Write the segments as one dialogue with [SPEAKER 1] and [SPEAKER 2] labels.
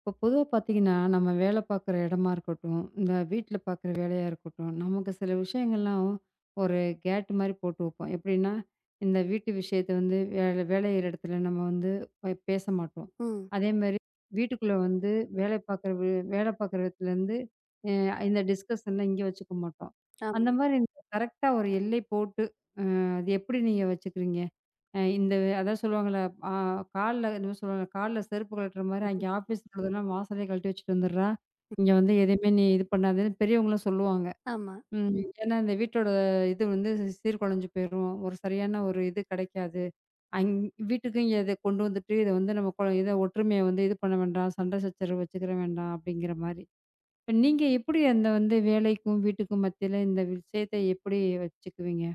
[SPEAKER 1] இப்போ பொதுவாக பார்த்தீங்கன்னா நம்ம வேலை பார்க்குற இடமா இருக்கட்டும், இந்த வீட்டில் பார்க்குற வேலையாக இருக்கட்டும், நமக்கு சில விஷயங்கள்லாம் ஒரு கேட் மாதிரி போட்டு வைப்போம். எப்படின்னா, இந்த வீட்டு விஷயத்தை வந்து வேலை வேலையிற இடத்துல நம்ம வந்து பேச மாட்டோம்.
[SPEAKER 2] ம்.
[SPEAKER 1] அதே மாதிரி வீட்டுக்குள்ளே வந்து வேலை பார்க்குற இடத்துலேருந்து இந்த டிஸ்கஷன்லாம் இங்கே வச்சுக்க மாட்டோம்.
[SPEAKER 2] ஆமா,
[SPEAKER 1] அந்த மாதிரி கரெக்டாக ஒரு எல்லை போட்டு அது எப்படி நீங்கள் வச்சுக்கிறீங்க? அ இந்த அதான் சொல்லுவாங்கள்ல, ஆ, கால்ல என்னமோ சொல்லுவாங்க, கால்ல செருப்பு கழட்டுற மாரி அங்கே ஆஃபீஸ் உள்ளதெல்லாம் வாசல்லயே கழட்டி வச்சுட்டு வந்துடுறா. இங்க வந்து எதையுமே நீ இது பண்ணாதன்னு பெரியவங்களும் சொல்லுவாங்க.
[SPEAKER 2] ஆமா.
[SPEAKER 1] ம். ம். ஏன்னா இந்த வீட்டோட இது வந்து சீர்குலைஞ்சு போயிரும். ஒரு சரியான ஒரு இது கிடைக்காது. அங் வீட்டுக்கு இங்க இத கொண்டு வந்துட்டு இத வந்து நம்ம கொ இத ஒற்றுமைய வந்து இது பண்ண வேண்டாம். சண்டை சச்சரவு வச்சுக்கிற வேண்டாம் அப்படிங்கிற மாரி. இப்ப நீங்க எப்படி அந்த வந்து வேலைக்கும், வீட்டுக்கும் மத்தியில இந்த விஷயத்த எப்படி வச்சுக்குவீங்க?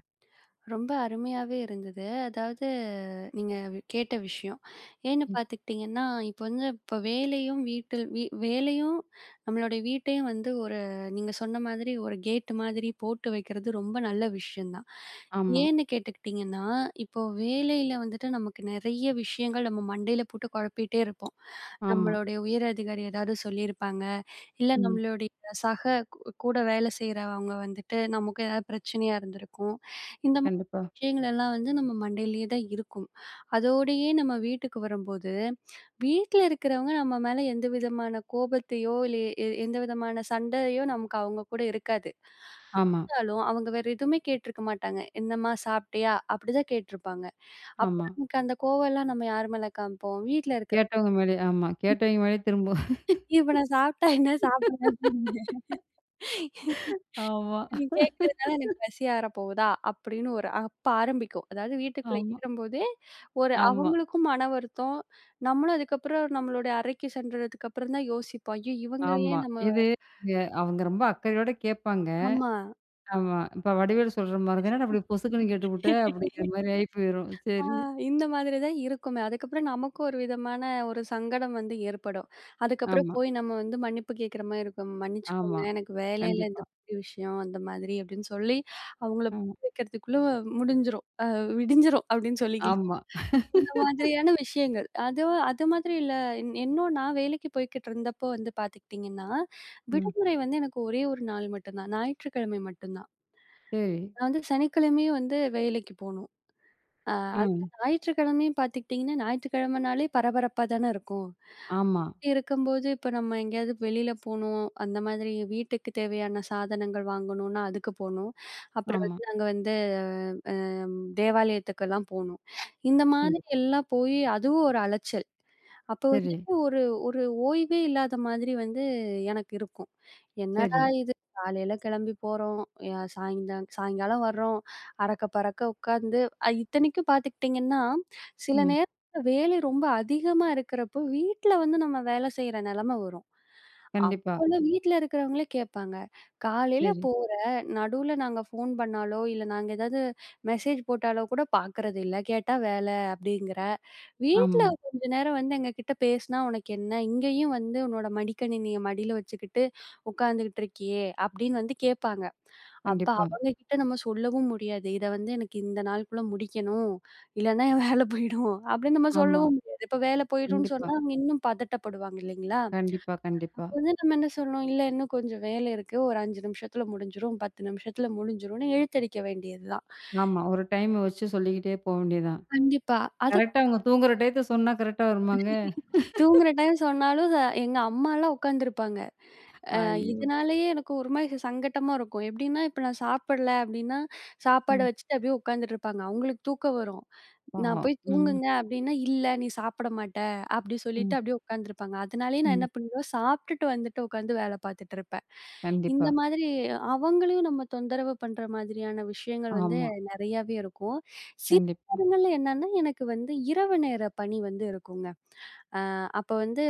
[SPEAKER 2] ரொம்ப அருமையாவே இருந்தது. அதாவது கேட்ட விஷயம். ஏன்னு
[SPEAKER 1] ம்.
[SPEAKER 2] பார்த்துக்கிட்டீங்கன்னா, இப்போ வேலையும் வீட்டில் வீ வேலையும் நம்மளுடைய வீட்டையும் வந்து ஒரு நீங்க சொன்ன மாதிரி ஒரு கேட் மாதிரி போட்டு வைக்கிறது ரொம்ப நல்ல விஷயம் தான்.
[SPEAKER 1] ஆமா,
[SPEAKER 2] ஏன்னு கேட்டுக்கிட்டீங்கன்னா, இப்போ வேலையில வந்துட்டு நமக்கு நெறைய விஷயங்கள் நம்ம மண்டையில போட்டு குழப்பிட்டே இருப்போம்.
[SPEAKER 1] ஆமா.
[SPEAKER 2] நம்மளுடைய உயர் அதிகாரி ஏதாவது சொல்லியிருப்பாங்க. இல்ல
[SPEAKER 1] ம்.
[SPEAKER 2] நம்மளுடைய சக கூ கூட வேலை செய்றவங்க வந்துட்டு நமக்கு ஏதாவது பிரச்சனையா இருந்திருக்கும். இந்த மாதிரி
[SPEAKER 1] கண்டிப்பா.
[SPEAKER 2] விஷயங்கள் எல்லாம் வந்து நம்ம மண்டையிலேயே தான் இருக்கும். அதோடயே நம்ம வீட்டுக்கு வரும்போது, வீட்ல இருக்கிறவங்க நம்ம மேல எந்த விதமான கோபத்தையோ, இல்ல எந்த விதமான சண்டையோ நமக்கு அவங்க கூட இருக்காது.
[SPEAKER 1] ஆமா.
[SPEAKER 2] இருந்தாலும் அவங்க வேற எதுவுமே கேட்டிருக்க மாட்டாங்க. "என்னம்மா சாப்பிட்டியா?" அப்படிதான் கேட்டிருப்பாங்க. அப்ப
[SPEAKER 1] ஆமா.
[SPEAKER 2] நமக்கு அந்த கோவம்லாம் நம்ம யார் மேல காமிப்போம்? வீட்ல இருக்கிற
[SPEAKER 1] கேட்டவங்க மேலே ஆமா. கேட்டவங்க மேலே திரும்ப
[SPEAKER 2] இப்ப நான் சாப்பிட்டா என்ன? சாப்பிடல என்ன?
[SPEAKER 1] ஆமா,
[SPEAKER 2] இப்ப நீ கேட்கிறதுனால எனக்கு பசி ஆற போகுதா? அப்படின்னு ஒரு அப்ப ஆரம்பிக்கும். அதாவது வீட்டுக்குள்ள
[SPEAKER 1] ஆமா,
[SPEAKER 2] ஏறும்போதே, ஒரு
[SPEAKER 1] ஆமா,
[SPEAKER 2] அவங்களுக்கும் மன வருத்தம். நம்மளும் அதுக்கப்புறம் நம்மளுடைய அறைக்கு சென்றதுக்கு அப்புறம் தான் யோசிப்போம். ஐயோ! இவங்க
[SPEAKER 1] ஆமா.
[SPEAKER 2] ஏன் நம்ம
[SPEAKER 1] இது எ அவங்க ரொம்ப அக்கறையோட கேட்பாங்க.
[SPEAKER 2] ஆமா.
[SPEAKER 1] ஆமா. இப்ப வடிவேலு சொல்ற மாரி தான், "என்னடா அப்படி பொசுக்குன்னு கேட்டுப்புட்ட" அப்படிங்கிற மாரி ஆயி போயிரும்.
[SPEAKER 2] ஆ,
[SPEAKER 1] சரி.
[SPEAKER 2] இந்த மாதிரி தான் இருக்குமே. அதுக்கப்புறம் நமக்கும் ஒரு விதமான ஒரு சங்கடம் வந்து ஏற்படும். அதுக்கப்புறம்
[SPEAKER 1] ஆமா,
[SPEAKER 2] போய் நம்ம வந்து மன்னிப்பு கேட்கிற மாரி இருக்கும். "மன்னிச்சுக்கோங்க,
[SPEAKER 1] ஆமா.
[SPEAKER 2] எனக்கு வேலையில இந்த
[SPEAKER 1] கண்டிப்பா.
[SPEAKER 2] மாதிரி விஷயம், அந்த மாதிரி" அப்படின்னு சொல்லி அவங்கள
[SPEAKER 1] ஆமா,
[SPEAKER 2] புரிய வைக்கிறதுக்குள்ள முடிஞ்சிரும். விடிஞ்சிரும் அப்படின்னு சொல்லிக்கலாம்.
[SPEAKER 1] ஆமா.
[SPEAKER 2] இந்த மாதிரியான விஷயங்கள். அது அது மாதிரி இல்ல இன்னும் நான் வேலைக்கு போய்க்கிட்டு இருந்தப்போ வந்து பார்த்துக்கிட்டிங்கன்னா,
[SPEAKER 1] ம்.
[SPEAKER 2] விடுமுறை வந்து எனக்கு ஒரே ஒரு நாள் மட்டும் தான். ஞாயிற்றுக்கிழமை மட்டும் தான்.
[SPEAKER 1] சரி.
[SPEAKER 2] நான் வந்து சனிக்கிழமையும் வந்து வேலைக்கு போணும். ஆ
[SPEAKER 1] ஆ.
[SPEAKER 2] அந்த ஞாயிற்றுக்கிழமையும் பார்த்துக்கிட்டிங்கன்னா, ஞாயிற்றுக்கிழமைனாலே பரபரப்பா தானே இருக்கும்.
[SPEAKER 1] ஆமா,
[SPEAKER 2] அப்படி இருக்கும்போது, இப்ப நம்ம எங்கேயாவது வெளியில போணும், அந்த மாதிரி வீட்டுக்கு தேவையான சாதனங்கள் வாங்கணும்னா, அதுக்கு போணும். அப்புறம்
[SPEAKER 1] ஆமா.
[SPEAKER 2] வந்து நாங்க வந்து தேவாலயத்துக்கெல்லாம் போணும். இந்த மாதிரி
[SPEAKER 1] கண்டிப்பா.
[SPEAKER 2] எல்லாம் போயி அதுவும் ஒரு அலைச்சல். அப்ப
[SPEAKER 1] சரி,
[SPEAKER 2] வந்துட்டு ஒரு ஒரு ஓய்வே இல்லாத மாதிரி வந்து எனக்கு இருக்கும். என்னடா
[SPEAKER 1] சரி.
[SPEAKER 2] இது காலையில கிளம்பி போறோம், ய சாயந்தா சாயங்காலம் வர்றோம், அறக்க பறக்க உட்காந்து இத்தனைக்கும் பார்த்துக்கிட்டிங்கன்னா, சில
[SPEAKER 1] ம்.
[SPEAKER 2] நேரத்துல வேலை ரொம்ப அதிகமா இருக்கிறப்போ, வீட்ல வந்து நம்ம வேலை செய்ற நெலைம வரும்.
[SPEAKER 1] கண்டிப்பா.
[SPEAKER 2] அப்போலாம் வீட்ல இருக்கிறவங்களே கேட்பாங்க. காலையில
[SPEAKER 1] சரி.
[SPEAKER 2] போற, நடுவுல நாங்க ஃபோன் பண்ணாலோ, இல்ல நாங்க ஏதாவது மெசேஜ் போட்டாலோ கூட பார்க்கறது இல்ல. கேட்டா வேல அப்டிங்கிற. வீட்ல
[SPEAKER 1] ஆமா.
[SPEAKER 2] கொஞ்ச நேரம் வந்து எங்ககிட்ட பேசினா உனக்கு என்ன? இங்கேயும் வந்து உன்னோட மடிக்கணினிய மடியில வச்சுக்கிட்டு உட்காந்துகிட்டு இருக்கியே! அப்டின்னு வந்து கேட்பாங்க. அப்ப
[SPEAKER 1] கண்டிப்பா.
[SPEAKER 2] அவங்க கிட்ட நம்ம சொல்லவும் முடியாது. இத வந்து எனக்கு இந்த நாளுக்குள்ள முடிக்கணும். இல்லன்னா என் வேல போயிடும். அப்டின்னு நம்ம
[SPEAKER 1] ஆமா.
[SPEAKER 2] சொல்லவும் முடியாது. இப்ப வேல போயிடும்னு
[SPEAKER 1] கண்டிப்பா.
[SPEAKER 2] சொன்னா அவங்க இன்னும் பதட்டப்படுவாங்க இல்லைங்களா?
[SPEAKER 1] கண்டிப்பா, கண்டிப்பா.
[SPEAKER 2] அப்ப வந்து நம்ம என்ன சொல்லணும், இல்ல இன்னும் கொஞ்சம் வேலை இருக்கு. ஒரு 5 நிமிஷத்துல முடிஞ்சிரும், 10 நிமிஷத்துல முடிஞ்சிரும்ன்னு இழுத்தடிக்க வேண்டியதுதான்.
[SPEAKER 1] ஆமா. ஒரு டைம் வச்சு சொல்லிக்கிட்டே போ வேண்டியதான்.
[SPEAKER 2] கண்டிப்பா. அது
[SPEAKER 1] கரெக்ட்டா அவங்க தூங்குற டயத்த சொன்னா கரெக்ட்டா வருமாங்க?
[SPEAKER 2] தூங்குற டைம் சொன்னாலும் எங்க அம்மாலாம் உட்காந்துருப்பாங்க.
[SPEAKER 1] ஐயோ!
[SPEAKER 2] இதனாலேயே எனக்கு ஒரு மாரி சங்கட்டமா இருக்கும். எப்படின்னா, இப்ப நான் சாப்பிடல அப்படின்னா, சாப்பாடு
[SPEAKER 1] ம்.
[SPEAKER 2] வச்சுட்டு அப்படியே உட்காந்துட்டு இருப்பாங்க. அவங்களுக்கு தூக்கம் வரும். நான்
[SPEAKER 1] பாவம்.
[SPEAKER 2] போய்
[SPEAKER 1] ம்.
[SPEAKER 2] தூங்குங்க அப்டின்னா, "இல்ல நீ சாப்பிட மாட்ட" அப்டி சொல்லிட்டு
[SPEAKER 1] ம்.
[SPEAKER 2] அப்டியே உட்கார்ந்துருப்பாங்க. அதனாலேயே நான்
[SPEAKER 1] ம்.
[SPEAKER 2] என்ன பண்ணுவேன், சாப்ட்டுட்டு வந்துட்டு உட்காந்து வேல பார்த்துட்டு இருப்பேன். இந்த
[SPEAKER 1] கண்டிப்பா.
[SPEAKER 2] மாதிரி அவங்களையும் நம்ம தொந்தரவு பண்ற மாதிரியான விஷயங்கள் வந்து
[SPEAKER 1] ஆமா.
[SPEAKER 2] நெறையாவே இருக்கும். சில
[SPEAKER 1] கண்டிப்பா.
[SPEAKER 2] நேரங்கள்ல என்னன்னா, எனக்கு வந்து இரவு நேர பணி வந்து இருக்குங்க. அ அப்ப வந்து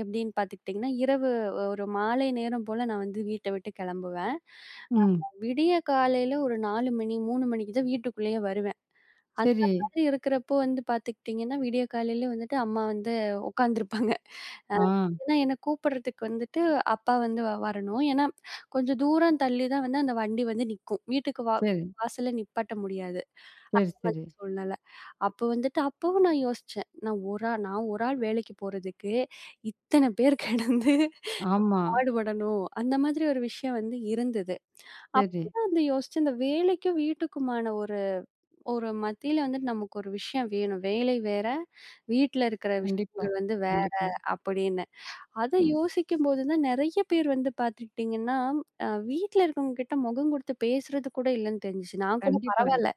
[SPEAKER 2] எப்டின்னு பார்த்துக்கிட்டிங்கன்னா, இரவு ஒரு மாலை நேரம் போல நான் வந்து வீட்ட விட்டு கெளம்புவேன்.
[SPEAKER 1] ம்.
[SPEAKER 2] விடிய காலையில ஒரு 4 மணி, 3 மணிக்கு தான் வீட்டுக்குள்ளேயே வருவேன். அந்த
[SPEAKER 1] சரி.
[SPEAKER 2] மாதிரி இருக்கிறப்போ வந்து பார்த்துக்கிட்டிங்கன்னா, விடிய காலையில வந்துட்டு அம்மா வந்து உட்காந்துருப்பாங்க. அ
[SPEAKER 1] ஆ.
[SPEAKER 2] ஏன்னா என்ன கூப்பிடுறதுக்கு வந்துட்டு அப்பா வந்து வரணும். ஏன்னா கொஞ்சம் தூரம் தள்ளி தான் வந்து அந்த வண்டி வந்து நிக்கும். வீட்டுக்கு வா
[SPEAKER 1] சரி.
[SPEAKER 2] வாசல்ல நிப்பாட்ட முடியாது.
[SPEAKER 1] சரி,
[SPEAKER 2] அந்த மாதிரி
[SPEAKER 1] சரி.
[SPEAKER 2] சூழ்நிலை. அப்போ வந்துட்டு அப்பவும் நான் யோசிச்சேன். நான் ஒரு ஆள் வேலைக்கு போறதுக்கு இத்தன பேர் கிடந்து
[SPEAKER 1] ஆமா.
[SPEAKER 2] பாடுபடணும். அந்த மாதிரி ஒரு விஷயம் வந்து இருந்தது.
[SPEAKER 1] சரி.
[SPEAKER 2] அப்பதான் வந்து யோசிச்சேன். இந்த வேலைக்கும் வீட்டுக்குமான ஒரு ஒரு மத்தியில வந்துட்டு நமக்கு ஒரு விஷயம் வேணும். வேலை வேற, வீட்ல இருக்கிற
[SPEAKER 1] கண்டிப்பா.
[SPEAKER 2] விஷயங்கள் வந்து
[SPEAKER 1] கண்டிப்பா.
[SPEAKER 2] அப்படின்னு. அத
[SPEAKER 1] ம்.
[SPEAKER 2] யோசிக்கும்போது தான் நெறைய பேர் வந்து பார்த்துக்கிட்டீங்கன்னா, வீட்ல இருக்கவங்க கிட்ட முகம் குடுத்து பேசுறது கூட இல்லன்னு தெரிஞ்சுச்சு. நான் கூட
[SPEAKER 1] கண்டிப்பா.
[SPEAKER 2] பரவால்ல.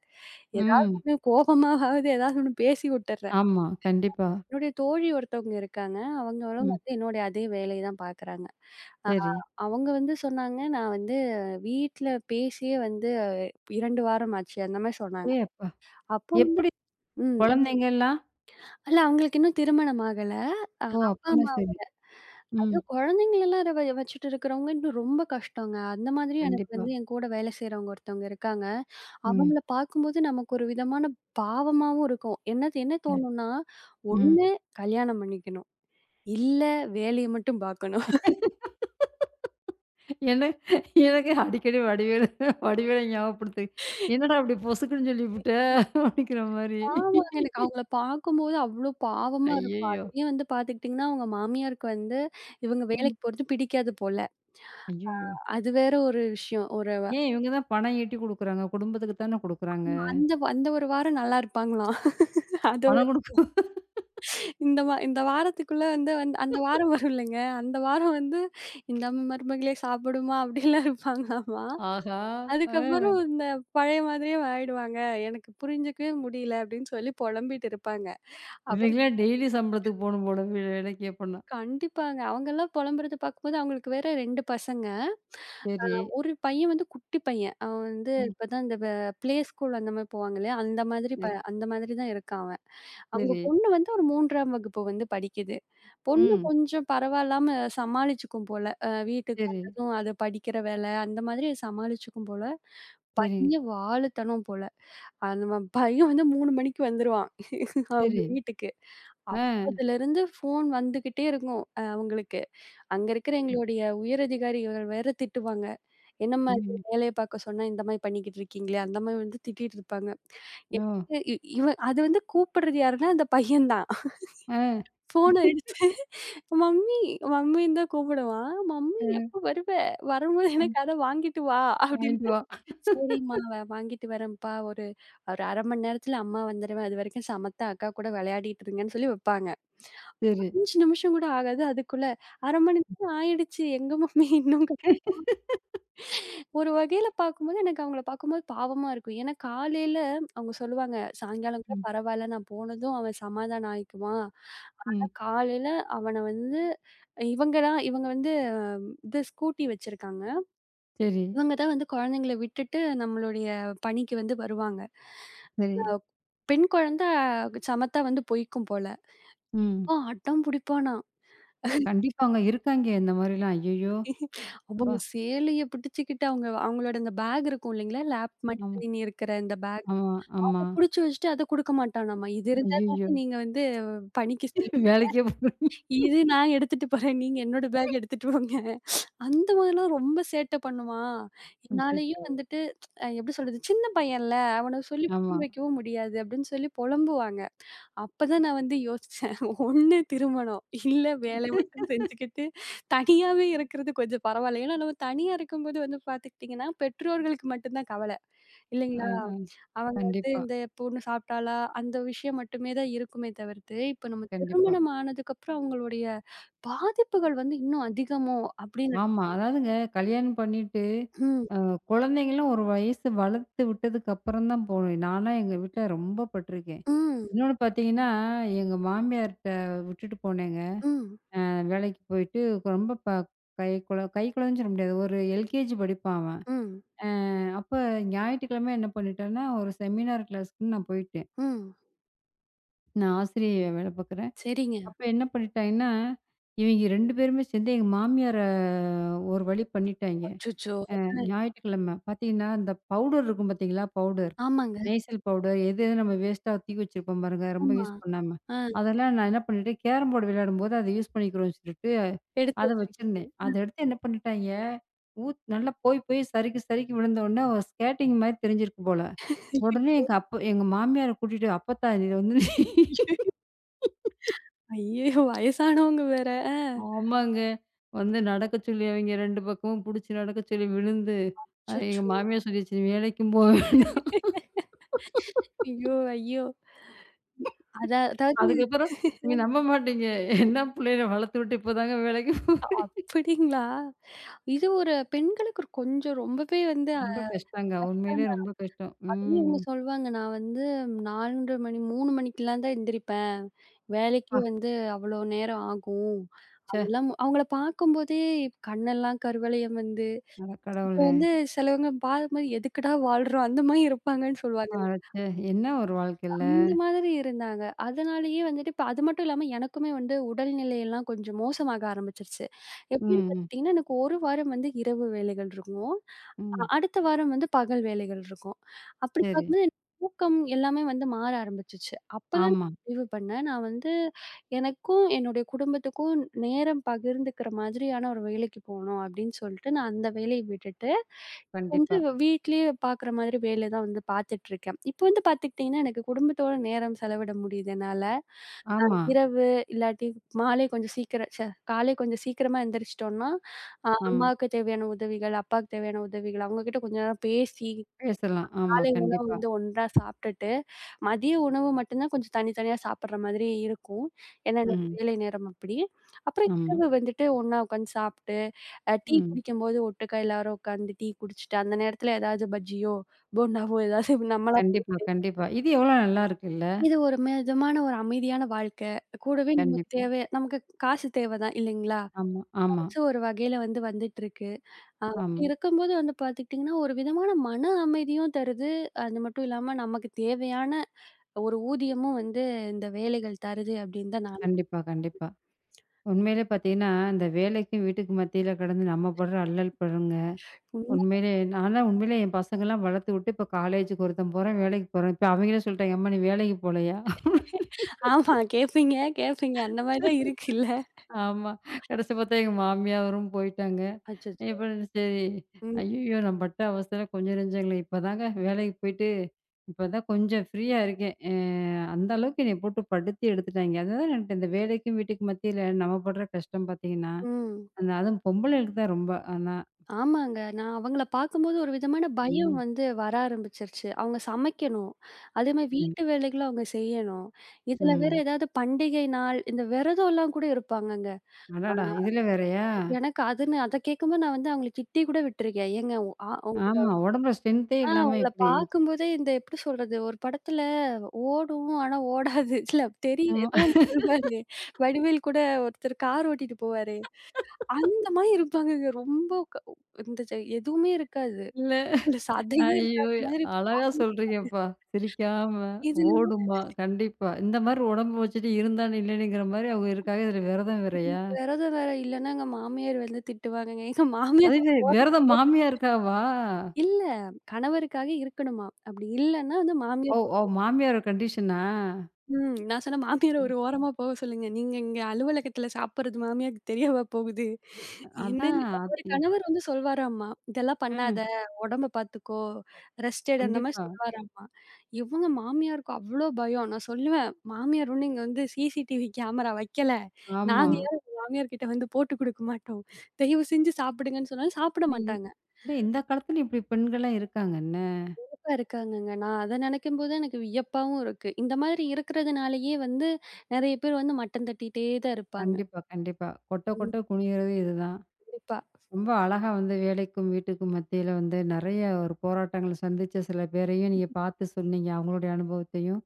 [SPEAKER 2] ஏதாவது
[SPEAKER 1] ம்.
[SPEAKER 2] ஒண்ணு கோபமாவது ஏதாவது ஒண்ணு பேசி விட்டுர்றேன்.
[SPEAKER 1] ஆமா. கண்டிப்பா.
[SPEAKER 2] என்னுடைய தோழி ஒருத்தவங்க இருக்காங்க. அவங்களும்
[SPEAKER 1] ம்.
[SPEAKER 2] வந்து என்னுடைய அதே வேலைய தான் பார்க்குறாங்க. அ
[SPEAKER 1] சரி.
[SPEAKER 2] அவங்க வந்து சொன்னாங்க, "நான் வந்து வீட்ல பேசியே வந்து 2 வாரம் ஆச்சு." அந்த மாரி சொன்னாங்க.
[SPEAKER 1] ஏ அப்பா!
[SPEAKER 2] அப்போ வந்து
[SPEAKER 1] எப்படி
[SPEAKER 2] ம்.
[SPEAKER 1] குழந்தைங்கலாம்?
[SPEAKER 2] இல்ல அவங்களுக்கு இன்னும் திருமணம் ஆகல.
[SPEAKER 1] ஓ!
[SPEAKER 2] அப்பா,
[SPEAKER 1] அப்பன்னா
[SPEAKER 2] அம்மா
[SPEAKER 1] சரி. ம்.
[SPEAKER 2] அதுவும் குழந்தைங்களலாம் வச்சுட்டு இருக்கிறவங்க இன்னும் ரொம்ப கஷ்டங்க. அந்த மாதிரி எனக்கு
[SPEAKER 1] கண்டிப்பா.
[SPEAKER 2] வந்து என் கூட வேலை செய்றவங்க ஒருத்தவங்க இருக்காங்க.
[SPEAKER 1] ம்.
[SPEAKER 2] அவங்கள பார்க்கும்போது நமக்கு ஒரு விதமான பாவமாவும் இருக்கும். என்னது என்ன
[SPEAKER 1] அ.
[SPEAKER 2] தோணும்னா,
[SPEAKER 1] ம்.
[SPEAKER 2] ஒண்ணு கல்யாணம் பண்ணிக்கணும். இல்ல வேலைய மட்டும் பார்க்கணும்.
[SPEAKER 1] என்ன எனக்கு அடிக்கடி வடிவேலு வடிவேல ஞாபகப்படுத்து. "என்னடா அப்படி பொசுக்குன்னு சொல்லிப்புட்ட" அப்படிங்கிற மாரி.
[SPEAKER 2] ஆமாங்க. எனக்கு அவங்கள பார்க்கும்போது அவ்ளோ பாவமா இருக்கும்.
[SPEAKER 1] ஐயய்யோ!
[SPEAKER 2] அதுலயும் வந்து பார்த்துக்கிட்டிங்கன்னா, அவங்க மாமியாருக்கு வந்து இவங்க
[SPEAKER 1] ம்.
[SPEAKER 2] வேலைக்கு போறது பிடிக்காது போல.
[SPEAKER 1] ஐயய்யோ!
[SPEAKER 2] அது வேற ஒரு விஷயம்.
[SPEAKER 1] ஏன் இவங்க தான் பணம் ஈட்டி குடுக்குறாங்க. குடும்பத்துக்கு தானே குடுக்குறாங்க.
[SPEAKER 2] அந்த அந்த ஒரு வாரம் நல்லா இருப்பாங்களாம். அத
[SPEAKER 1] பணம் குடுக்க
[SPEAKER 2] இந்த வாரத்துக்குள்ள வந்து வந்து அந்த வாரம் வரும் இல்லங்க. அந்த வாரம் வந்து இந்த மருமகளே சாப்பிடுமா அப்படிலாம் இருப்பாங்களாமா.
[SPEAKER 1] ஆஹா! அ
[SPEAKER 2] அதுக்கப்புறம் இந்த பழைய மாதிரியே ஆயிடுவாங்க. எனக்கு புரிஞ்சுக்கவே முடியல அப்படின்னு சொல்லி புலம்பிட்டு இருப்பாங்க. அவங்க
[SPEAKER 1] இவங்கலாம் டெய்லி சம்பளத்துக்கு போணும் போல வே வேலைக்கு அப்பன்னா.
[SPEAKER 2] கண்டிப்பாங்க. அவங்கலாம் புலம்புறத பார்க்கும்போது அவங்களுக்கு வேற 2 பசங்க.
[SPEAKER 1] சரி.
[SPEAKER 2] ஒரு பையன் வந்து குட்டி பையன். அவன் வந்து
[SPEAKER 1] ம்.
[SPEAKER 2] இப்பதான் இந்த வே ப்ளே ஸ்கூல் அந்த மாரி போவாங்க இல்லையா?
[SPEAKER 1] சரி,
[SPEAKER 2] அந்த மாதிரி தான் இருக்கான் அவன். அவங்க
[SPEAKER 1] சரி.
[SPEAKER 2] பொண்ணு வந்து ஒரு 3ஆம் வகுப்பு வந்து படிக்குது. பொண்ணு
[SPEAKER 1] ம்.
[SPEAKER 2] கொஞ்சம் பரவாயில்லாம சமாளிச்சுக்கும் போல. வீட்டுக்கு
[SPEAKER 1] சரி,
[SPEAKER 2] வந்ததும் அது படிக்கிற வேல, அந்த மாதிரி சமாளிச்சுக்கும் போல.
[SPEAKER 1] சரி,
[SPEAKER 2] பையன் வாலுத்தனம் போல. நம்ம பையன் வந்து 3 மணிக்கு வந்துருவான். அவங்க
[SPEAKER 1] சரி.
[SPEAKER 2] வீட்டுக்கு.
[SPEAKER 1] ஆ.
[SPEAKER 2] அப்பத்துலருந்து ஃபோன் வந்துகிட்டே இருக்கும் அவங்களுக்கு. அங்க இருக்கிற எங்களுடைய உயரதிகாரிகள் வேற திட்டுவாங்க. என்னம்மா இது
[SPEAKER 1] ம்.
[SPEAKER 2] வேலைய பார்க்க சொன்னா இந்த மாரி பண்ணிக்கிட்டு இருக்கீங்களே! அந்த மாரி வந்து திட்டிட்டு இருப்பாங்க. எனக்கு
[SPEAKER 1] ஓ!
[SPEAKER 2] இ இவன் அது வந்து கூப்பிடுறது யாருன்னா, அந்த பையன் தான்.
[SPEAKER 1] ஆ,
[SPEAKER 2] ஃபோன் அடிச்சு மம்மி மம்மின்னு தான் கூப்பிடுவான். "மம்மி
[SPEAKER 1] ஆ.
[SPEAKER 2] எப்ப வருவ? வரும்போது
[SPEAKER 1] ம்.
[SPEAKER 2] எனக்கு அத வாங்கிட்டு வா"
[SPEAKER 1] வாங்கிட்டு
[SPEAKER 2] அப்படின்னு
[SPEAKER 1] வா.
[SPEAKER 2] சரிம்மா, வாங்கிட்டு வரேன்ப்பா. ஒரு ஒரு 1/2 மணி நேரத்துல அம்மா வந்துருவேன். அதுவரைக்கும் சமத்தா அக்கா கூட விளையாடிட்டு இருங்கன்னு சொல்லி வைப்பாங்க.
[SPEAKER 1] சரி.
[SPEAKER 2] 5 நிமிஷம் கூட ஆகாது. அதுக்குள்ள 1/2 மணி நேரம் ஆயிடுச்சு. எங்க மம்மி இன்னும் க ஒரு வகையில பார்க்கும்போது எனக்கு அவங்கள பார்க்கும்போது பாவமா இருக்கும். ஏன்னா காலையில அவங்க சொல்லுவாங்க, "சாயங்காலம் கூட
[SPEAKER 1] ம்.
[SPEAKER 2] பரவால்ல. நான் போனதும் அவன் சமாதானம் ஆயிக்குவான்.
[SPEAKER 1] ம்.
[SPEAKER 2] ஆனா காலையில அவன வந்து" இவங்க வந்து இது ஸ்கூட்டி வச்சிருக்காங்க.
[SPEAKER 1] சரி,
[SPEAKER 2] இவங்க தான் வந்து குழந்தைங்கள விட்டுட்டு நம்மளுடைய பணிக்கு வந்து வருவாங்க.
[SPEAKER 1] சரி.
[SPEAKER 2] பெண் குழந்தை சமத்தா வந்து பொய்க்கும் போல.
[SPEAKER 1] ம்.
[SPEAKER 2] "ஓ! அடம் புடிப்பானாம்."
[SPEAKER 1] கண்டிப்பாங்க இருக்காங்க இந்த மாரிலாம். ஐயய்யோ!
[SPEAKER 2] அவங்க
[SPEAKER 1] அப்பா!
[SPEAKER 2] சேலைய பிடிச்சுக்கிட்டு அவங்களோட அந்த பேக் இருக்கும் இல்லைங்களா? லேப்
[SPEAKER 1] ஆமா,
[SPEAKER 2] மடிக்கணினி இருக்கிற இந்த பேக்.
[SPEAKER 1] ஆமா, ஆமா.
[SPEAKER 2] அத புடிச்சு வச்சுட்டு அத குடுக்க மாட்டானாமா. "இது இருந்தா தானே
[SPEAKER 1] ஐயய்யோ!
[SPEAKER 2] நீங்க வந்து பணிக்கு செல்
[SPEAKER 1] வேலைக்கே போறீங்க.
[SPEAKER 2] இது நான் எடுத்துட்டு போறேன். நீங்க என்னோட பேக் எடுத்துட்டு போங்க." அந்த மாதிரிலாம் ரொம்ப சேட்டை பண்ணுவான். என்னாலயும்
[SPEAKER 1] அச்சச்சோ!
[SPEAKER 2] வந்துட்டு எப்படி சொல்றது? சின்ன பையன்ல அவன சொல்லி
[SPEAKER 1] ஆமா.
[SPEAKER 2] புரிய வைக்கவும் முடியாது அப்படின்னு சொல்லி புலம்புவாங்க. அப்பதான் நான் வந்து யோசிச்சேன். ஒண்ணு திருமணம். இல்ல வேலை மட்டும் செஞ்சுக்கிட்டு, தனியாவே இருக்கிறது கொஞ்சம் பரவால்ல. ஏன்னா நம்ம தனியா இருக்கும்போது வந்து பார்த்துக்கிட்டீங்கன்னா, பெற்றோர்களுக்கு மட்டும் தான் கவல.
[SPEAKER 1] ஆ
[SPEAKER 2] இல்லைங்களா? அவங்க வந்து
[SPEAKER 1] கண்டிப்பா,
[SPEAKER 2] இந்த பொண்ணு சாப்பிட்டாளா? அந்த விஷயம் மட்டுமே தான் இருக்குமே தவிர்த்து, இப்ப நம்ம
[SPEAKER 1] கண்டிப்பா.
[SPEAKER 2] திருமணம் ஆனதுக்கப்புறம் அவங்களுடைய பாதிப்புகள் வந்து இன்னும் அதிகமோ! அப்படின்னு
[SPEAKER 1] ஆமா. அதாவதுங்க கல்யாணம் பண்ணிட்டு,
[SPEAKER 2] ம்,
[SPEAKER 1] அ குழந்தைங்கலாம் ஒரு வயசு வளர்த்து விட்டதுக்கு அப்புறம் தான் போணும். நான்லாம் எங்க வீட்ல ரொம்ப பட்டுருக்கேன்.
[SPEAKER 2] ம்,
[SPEAKER 1] இன்னொன்னு பார்த்தீங்கன்னா, எங்க மாமியார்ட்ட விட்டுட்டு போனேங்க.
[SPEAKER 2] ம்,
[SPEAKER 1] வேலைக்கு போயிட்டு ரொம்ப ப கை குழந்தைன்னு சொல்ல முடியாது. ஒரு எல்கேஜி படிப்பான் அவன்.
[SPEAKER 2] ம்,
[SPEAKER 1] அப்ப ஞாயிற்றுக்கிழமை என்ன பண்ணிட்டேன்னா, ஒரு செமினார் கிளாஸ்க்குன்னு நான் போயிட்டேன்.
[SPEAKER 2] ம்.
[SPEAKER 1] நான் ஆசிரியையா வேலை பார்க்குறேன்.
[SPEAKER 2] சரிங்க.
[SPEAKER 1] அப்ப என்ன பண்ணிட்டாங்கன்னா, இவைங்க 2 பேருமே சேர்ந்து எங்க மாமியார ஒரு வழி பண்ணிட்டாய்ங்க.
[SPEAKER 2] அச்சச்சோ! அ
[SPEAKER 1] ஞாயிற்றுக்கிழமை பார்த்தீங்கன்னா, இந்த பவுடர் இருக்கும் பார்த்தீங்களா? பவுடர்.
[SPEAKER 2] ஆமாங்க.
[SPEAKER 1] நெய்சில் பவுடர் எது எது நம்ம வேஸ்ட்டா தூக்கி வச்சிருப்போம் பாருங்க, ரொம்ப
[SPEAKER 2] ஆமா.
[SPEAKER 1] யூஸ் பண்ணாம.
[SPEAKER 2] ஆ
[SPEAKER 1] அதெல்லாம் நான் என்ன பண்ணிட்டேன், கேரம் போர்டு விளையாடும்போது அத யூஸ் பண்ணிக்கிறோம்னு சொல்லிட்டு,
[SPEAKER 2] எடுத்து
[SPEAKER 1] அத வச்சிருந்தேன். அத
[SPEAKER 2] வச்சிருக்கீங்க.
[SPEAKER 1] எடுத்து என்ன பண்ணிட்டாய்ங்க, ஊத் நல்லா போய் போய் சறுக்கி சறுக்கி விழுந்த உடனே ஒரு ஸ்கேட்டிங் மாரி தெரிஞ்சிருக்கு போல. உடனே எங்க அப்ப எங்க மாமியார கூட்டிட்டு, "அப்பத்தா இத வந்து
[SPEAKER 2] ஐயய்யோ! வயசானவங்க வேற. ஆ.
[SPEAKER 1] ஆமாங்க. வந்து நடக்க சொல்லி அவைங்க 2 பக்கமும் புடிச்சு நடக்க சொல்லி விழுந்து, அ எங்க
[SPEAKER 2] அச்சச்சோ!
[SPEAKER 1] மாமியார் சொல்லிருச்சு, "நீ வேலைக்கும் போ வேண்டாம்."
[SPEAKER 2] ஐயோ! ஐயோ! அதாவது
[SPEAKER 1] அதுக்கப்புறம் நீங்க நம்ப மாட்டீங்க. என்ன புள்ளையில வளர்த்து விட்டு இப்பதாங்க வேலைக்கு போறேன்.
[SPEAKER 2] அப்படிங்களா? இது ஒரு பெண்களுக்கு கொஞ்சம் ரொம்பவே வந்து
[SPEAKER 1] ரொம்ப கஷ்டங்க.
[SPEAKER 2] கஷ்டம்
[SPEAKER 1] உண்மையிலே
[SPEAKER 2] தான்.
[SPEAKER 1] ரொம்ப கஷ்டம்.
[SPEAKER 2] அதுலயும் இவங்க
[SPEAKER 1] ம்.
[SPEAKER 2] சொல்வாங்க, "நான் வந்து 4 மணி 3 மணிக்கெல்லாம் தான் எந்திரிப்பேன். வேலைக்கு
[SPEAKER 1] அப்பா!
[SPEAKER 2] வந்து அவ்வளோ நேரம் ஆகும்."
[SPEAKER 1] ச்சே!
[SPEAKER 2] அதெல்லாம் அவங்கள பார்க்கும்போதே கண்ணெல்லாம் கருவளையம் வந்து,
[SPEAKER 1] அட
[SPEAKER 2] இப்போ
[SPEAKER 1] கடவுளே!
[SPEAKER 2] வந்து சிலவங்க பார்க்கும்போது எதுக்குடா வாழ்றோம்? அந்த மாரி இருப்பாங்கன்னு சொல்லுவாங்க.
[SPEAKER 1] அடச்சே! என்ன ஒரு வாழ்க்கைல்ல.
[SPEAKER 2] அந்த மாதிரி இருந்தாங்க. அதனாலேயே வந்துட்டு இப்ப அது மட்டும் இல்லாம எனக்குமே வந்து உடல்நிலை எல்லாம் கொஞ்சம் மோசமாக ஆரம்பிச்சுருச்சு. எப்படின்னு
[SPEAKER 1] ம்,
[SPEAKER 2] பார்த்துக்கிட்டீங்கன்னா, எனக்கு 1 வாரம் வந்து இரவு வேலைகள் இருக்கும்.
[SPEAKER 1] ம்.
[SPEAKER 2] அடுத்த வாரம் வந்து பகல் வேலைகள் இருக்கும். அப்படி
[SPEAKER 1] சரி.
[SPEAKER 2] பார்க்கும்போது எனக்கு தூக்கம் எல்லாமே வந்து மாற ஆரம்பிச்சுச்சு. அப்பதான்
[SPEAKER 1] ஆமா.
[SPEAKER 2] முடிவு பண்ணேன். நான் வந்து எனக்கும், என்னுடைய குடும்பத்துக்கும் நேரம் பகிர்ந்துக்கிற மாதிரியான ஒரு வேலைக்கு போணும் அப்படின்னு சொல்லிட்டு நான் அந்த வேலைய விட்டுட்டு, வந்து
[SPEAKER 1] கண்டிப்பா.
[SPEAKER 2] வீட்லயே பார்க்குற மாதிரி வேலை தான் வந்து பார்த்துட்டுருக்கேன். இப்போ வந்து பார்த்துக்கிட்டீங்கன்னா, எனக்கு குடும்பத்தோட நேரம் செலவிட முடியுது என்னால.
[SPEAKER 1] ஆமா,
[SPEAKER 2] இரவு இல்லாட்டி மாலை கொஞ்சம் சீக்கிரம் காலை கொஞ்சம் சீக்கிரமா எந்திரிச்சிட்டோம்னா,
[SPEAKER 1] ஆமா.
[SPEAKER 2] அம்மாவுக்கு தேவையான உதவிகள், அப்பாவுக்கு தேவையான உதவிகள் அவங்க கிட்ட கொஞ்ச நேரம் பேசி,
[SPEAKER 1] பேசலாம். ஆமா,
[SPEAKER 2] காலை உணவு
[SPEAKER 1] கண்டிப்பா.
[SPEAKER 2] வந்து ஒன்றா சாப்பிட்டுட்டு, மதிய உணவு மட்டும் தான் கொஞ்சம் தனித்தனியா சாப்பிடுற மாதிரி இருக்கும். ஏன்னா என்னோட
[SPEAKER 1] ம்.
[SPEAKER 2] வேலை நேரம் அப்படி. அப்புறம்
[SPEAKER 1] ஆமா.
[SPEAKER 2] இரவு வந்துட்டு ஒண்ணா உட்காந்து சாப்பிட்டு, டீ
[SPEAKER 1] ம்.
[SPEAKER 2] குடிக்கும்போது ஒட்டுக்கா எல்லாரும் உட்காந்து டீ குடிச்சுட்டு, அந்த நேரத்தில ஏதாவது பஜ்ஜியோ, போண்டாவோ ஏதாவது நம்மளா
[SPEAKER 1] கண்டிப்பா, கண்டிப்பா. இது எவ்வளோ நல்லா இருக்குல்ல.
[SPEAKER 2] இது ஒரு மிதமான ஒரு அமைதியான வாழ்க்கை. கூடவே நமக்கு
[SPEAKER 1] கண்டிப்பா.
[SPEAKER 2] தேவை நமக்கு காசு தேவை தான் இல்லைங்களா?
[SPEAKER 1] ஆமா, ஆமா,
[SPEAKER 2] காசு ஒரு வகையில வந்து வந்துட்டுருக்கு. அப்படி
[SPEAKER 1] ஆமா.
[SPEAKER 2] இருக்கும்போது வந்து பார்த்துக்கிட்டிங்கன்னா, ஒரு விதமான மன அமைதியும் தருது. அது மட்டும் இல்லாம நமக்கு தேவையான ஒரு ஊதியமும் வந்து இந்த வேலைகள் தருது அப்படின்னு தான் நான்
[SPEAKER 1] கண்டிப்பா, கண்டிப்பா. உண்மையிலே பார்த்தீங்கன்னா, இந்த வேலைக்கும் வீட்டுக்கும் மத்தியில கடந்து நம்ம படுற அல்லல் படுங்க.
[SPEAKER 2] உண்மையிலே
[SPEAKER 1] உண்மையிலே நான்லாம் உண்மையிலே என் பசங்கலாம் வளர்த்து விட்டு இப்போ காலேஜுக்கு ஒருத்தன் போறான், வேலைக்கு போறான். இப்போ அவங்களே சொல்லிட்டாங்க, "அம்மா நீ வேலைக்கு போலையா?"
[SPEAKER 2] ஆமா கேட்பீங்க, கேட்பீங்க. அந்த மாரி தான் இருக்குல்ல.
[SPEAKER 1] ஆமா. கடைசி பார்த்தா எங்க மாமியாரும் போயிட்டாங்க.
[SPEAKER 2] அச்சச்சோ!
[SPEAKER 1] இப்ப சரி.
[SPEAKER 2] ம்,
[SPEAKER 1] ஐய்யயோ! நான் பட்ட அவஸ்தையில கொஞ்சம் நெஞ்சங்களே! இப்பதாங்க வேலைக்கு போயிட்டு, இப்பதான் கொஞ்சம் ஃப்ரீயா இருக்கேன். அ அந்த அளவுக்கு என்னைய போட்டு படுத்தி எடுத்துட்டாய்ங்க. அதுதான் எனக்கு இந்த வேலைக்கும் வீட்டுக்கும் மத்தியில நம்ம படுற கஷ்டம் பார்த்தீங்கன்னா,
[SPEAKER 2] ம்.
[SPEAKER 1] அந்த அதுவும் பொம்பளைகளுக்கு தான் ரொம்ப ஆனா.
[SPEAKER 2] ஆமாங்க. நான் அவங்கள பார்க்கும்போது ஒரு விதமான பயம்
[SPEAKER 1] ம்.
[SPEAKER 2] வந்து வர ஆரம்பிச்சுருச்சு. அவங்க சமைக்கணும். அதேமாரி
[SPEAKER 1] ம்.
[SPEAKER 2] வீட்டு வேலைகளும் அவங்க செய்யணும். இதுல வேற
[SPEAKER 1] ம்.
[SPEAKER 2] ஏதாவது பண்டிகை நாள், இந்த விரதம்லாம் கூட இருப்பாங்கங்க.
[SPEAKER 1] அடடா! இதில வேறயா?
[SPEAKER 2] எனக்கு அதுன்னு அத கேட்கும்போது நான் வந்து அவங்கள திட்டி கூட விட்டுருக்கேன். ஏங்க உ ஆ உ
[SPEAKER 1] ஆமா. உடம்புல ஸ்ட்ரென்த்தே
[SPEAKER 2] ஆ
[SPEAKER 1] இல்லாம
[SPEAKER 2] உங்கள
[SPEAKER 1] எப்படி?
[SPEAKER 2] பார்க்கும்போதே இந்த எப்படி சொல்றது? ஒரு படத்துல ஓடும் ஆனா ஓடாது. இல்ல தெரியும்
[SPEAKER 1] ஆமா.
[SPEAKER 2] ஏதோ ஒண்ணு சொல்வாரு. வடிவேல் கூட ஒருத்தர் கார் ஓட்டிட்டு போவாரே! அந்த மாரி இருப்பாங்கங்க. ரொம்ப க இந்த எதுவுமே இருக்காது.
[SPEAKER 1] இல்ல.
[SPEAKER 2] இல்ல சதையே
[SPEAKER 1] ஐயோ!
[SPEAKER 2] இருக்காத மாதிரி
[SPEAKER 1] அழகா
[SPEAKER 2] பாவமா
[SPEAKER 1] சொல்றீங்கப்பா. சிரிக்காம,
[SPEAKER 2] இதுல
[SPEAKER 1] ஓடுமா, கண்டிப்பா. இந்த மாரி உடம்பு வச்சுட்டு இருந்தா நில்லுனுங்கிற மாரி அவங்க இருக்காங்க. இதுல விரதம்
[SPEAKER 2] இதுல
[SPEAKER 1] வேறயா?
[SPEAKER 2] விரதம் வேற இல்லன்னா எங்க மாமியார் வந்து திட்டுவாங்கங்க. எங்க மாமியார்
[SPEAKER 1] அதுவே
[SPEAKER 2] ஓரம்
[SPEAKER 1] விரதம் மாமியா இருக்காவா?
[SPEAKER 2] இல்ல கணவருக்காக இருக்கணுமாம். அப்படி இல்லன்னா வந்து
[SPEAKER 1] ஓ!
[SPEAKER 2] மாமியார்
[SPEAKER 1] ஓ! மாமியாரோட கண்டிஷனா?
[SPEAKER 2] ம். நான் சொன்னேன், "மாமியார ஒரு ஓரமா போக சொல்லுங்க. நீங்க இங்க அலுவலகத்துல சாப்பிடுறது மாமியாருக்கு தெரியவா போகுது?"
[SPEAKER 1] அதான்
[SPEAKER 2] என்னங்க
[SPEAKER 1] அத்தி
[SPEAKER 2] கணவர் வந்து சொல்வாராமா, "இதெல்லாம்
[SPEAKER 1] ஆ
[SPEAKER 2] பண்ணாத, உடம்ப பார்த்துக்கோ, ரெஸ்ட் எடு." அந்த மாரி
[SPEAKER 1] கண்டிப்பா.
[SPEAKER 2] சொல்வாராமா. இவங்க மாமியாருக்கு அவ்ளோ பயம். நான் சொல்லுவேன், "மாமியார் ஒண்ணும் இங்க வந்து CCTV கேமரா வைக்கல.
[SPEAKER 1] ஆமா.
[SPEAKER 2] நாங்க ம். யாரும் உங்க மாமியார் கிட்ட வந்து போட்டு குடுக்க மாட்டோம். தயவு செஞ்சு சாப்பிடுங்கன்னு" சொன்னாலும் சாப்பிட
[SPEAKER 1] இ
[SPEAKER 2] மாட்டாங்க.
[SPEAKER 1] இல்ல இந்த காலத்துல இப்டி பெண்கள்லாம் இருக்காங்க என்ன?
[SPEAKER 2] கண்டிப்பா இருக்காங்கங்க. நான் அத நெனைக்கும்போது எனக்கு வியப்பாவும் இருக்கு. இந்த மாதிரி இருக்கிறதுனாலேயே வந்து நெறைய பேர் வந்து மட்டம் தட்டிட்டே தான் இருப்பாங்க.
[SPEAKER 1] கண்டிப்பா, கண்டிப்பா. கொட்ட
[SPEAKER 2] ம்.
[SPEAKER 1] கொட்ட குனியறது இதுதான்.
[SPEAKER 2] கண்டிப்பா.
[SPEAKER 1] ரொம்ப அழகா வந்து வேலைக்கும், வீட்டுக்கும் மத்தியில வந்து நெறைய ஒரு போராட்டங்கள சந்திச்ச சில பேரையும் நீங்க பார்த்து சொன்னீங்க. அவங்களுடைய அனுபவத்தையும்,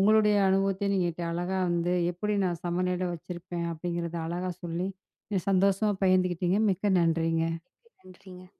[SPEAKER 1] உங்களுடைய அனுபவத்தையும் நீங்க இட்ட அழகா வந்து எப்படி நான் சமநிலையில வச்சிருப்பேன் அப்படிங்கிறத அழகா சொல்லி, நீங்க சந்தோஷமா பகிர்ந்துக்கிட்டீங்க. மிக்க நன்றிங்க.
[SPEAKER 2] நன்றிங்க.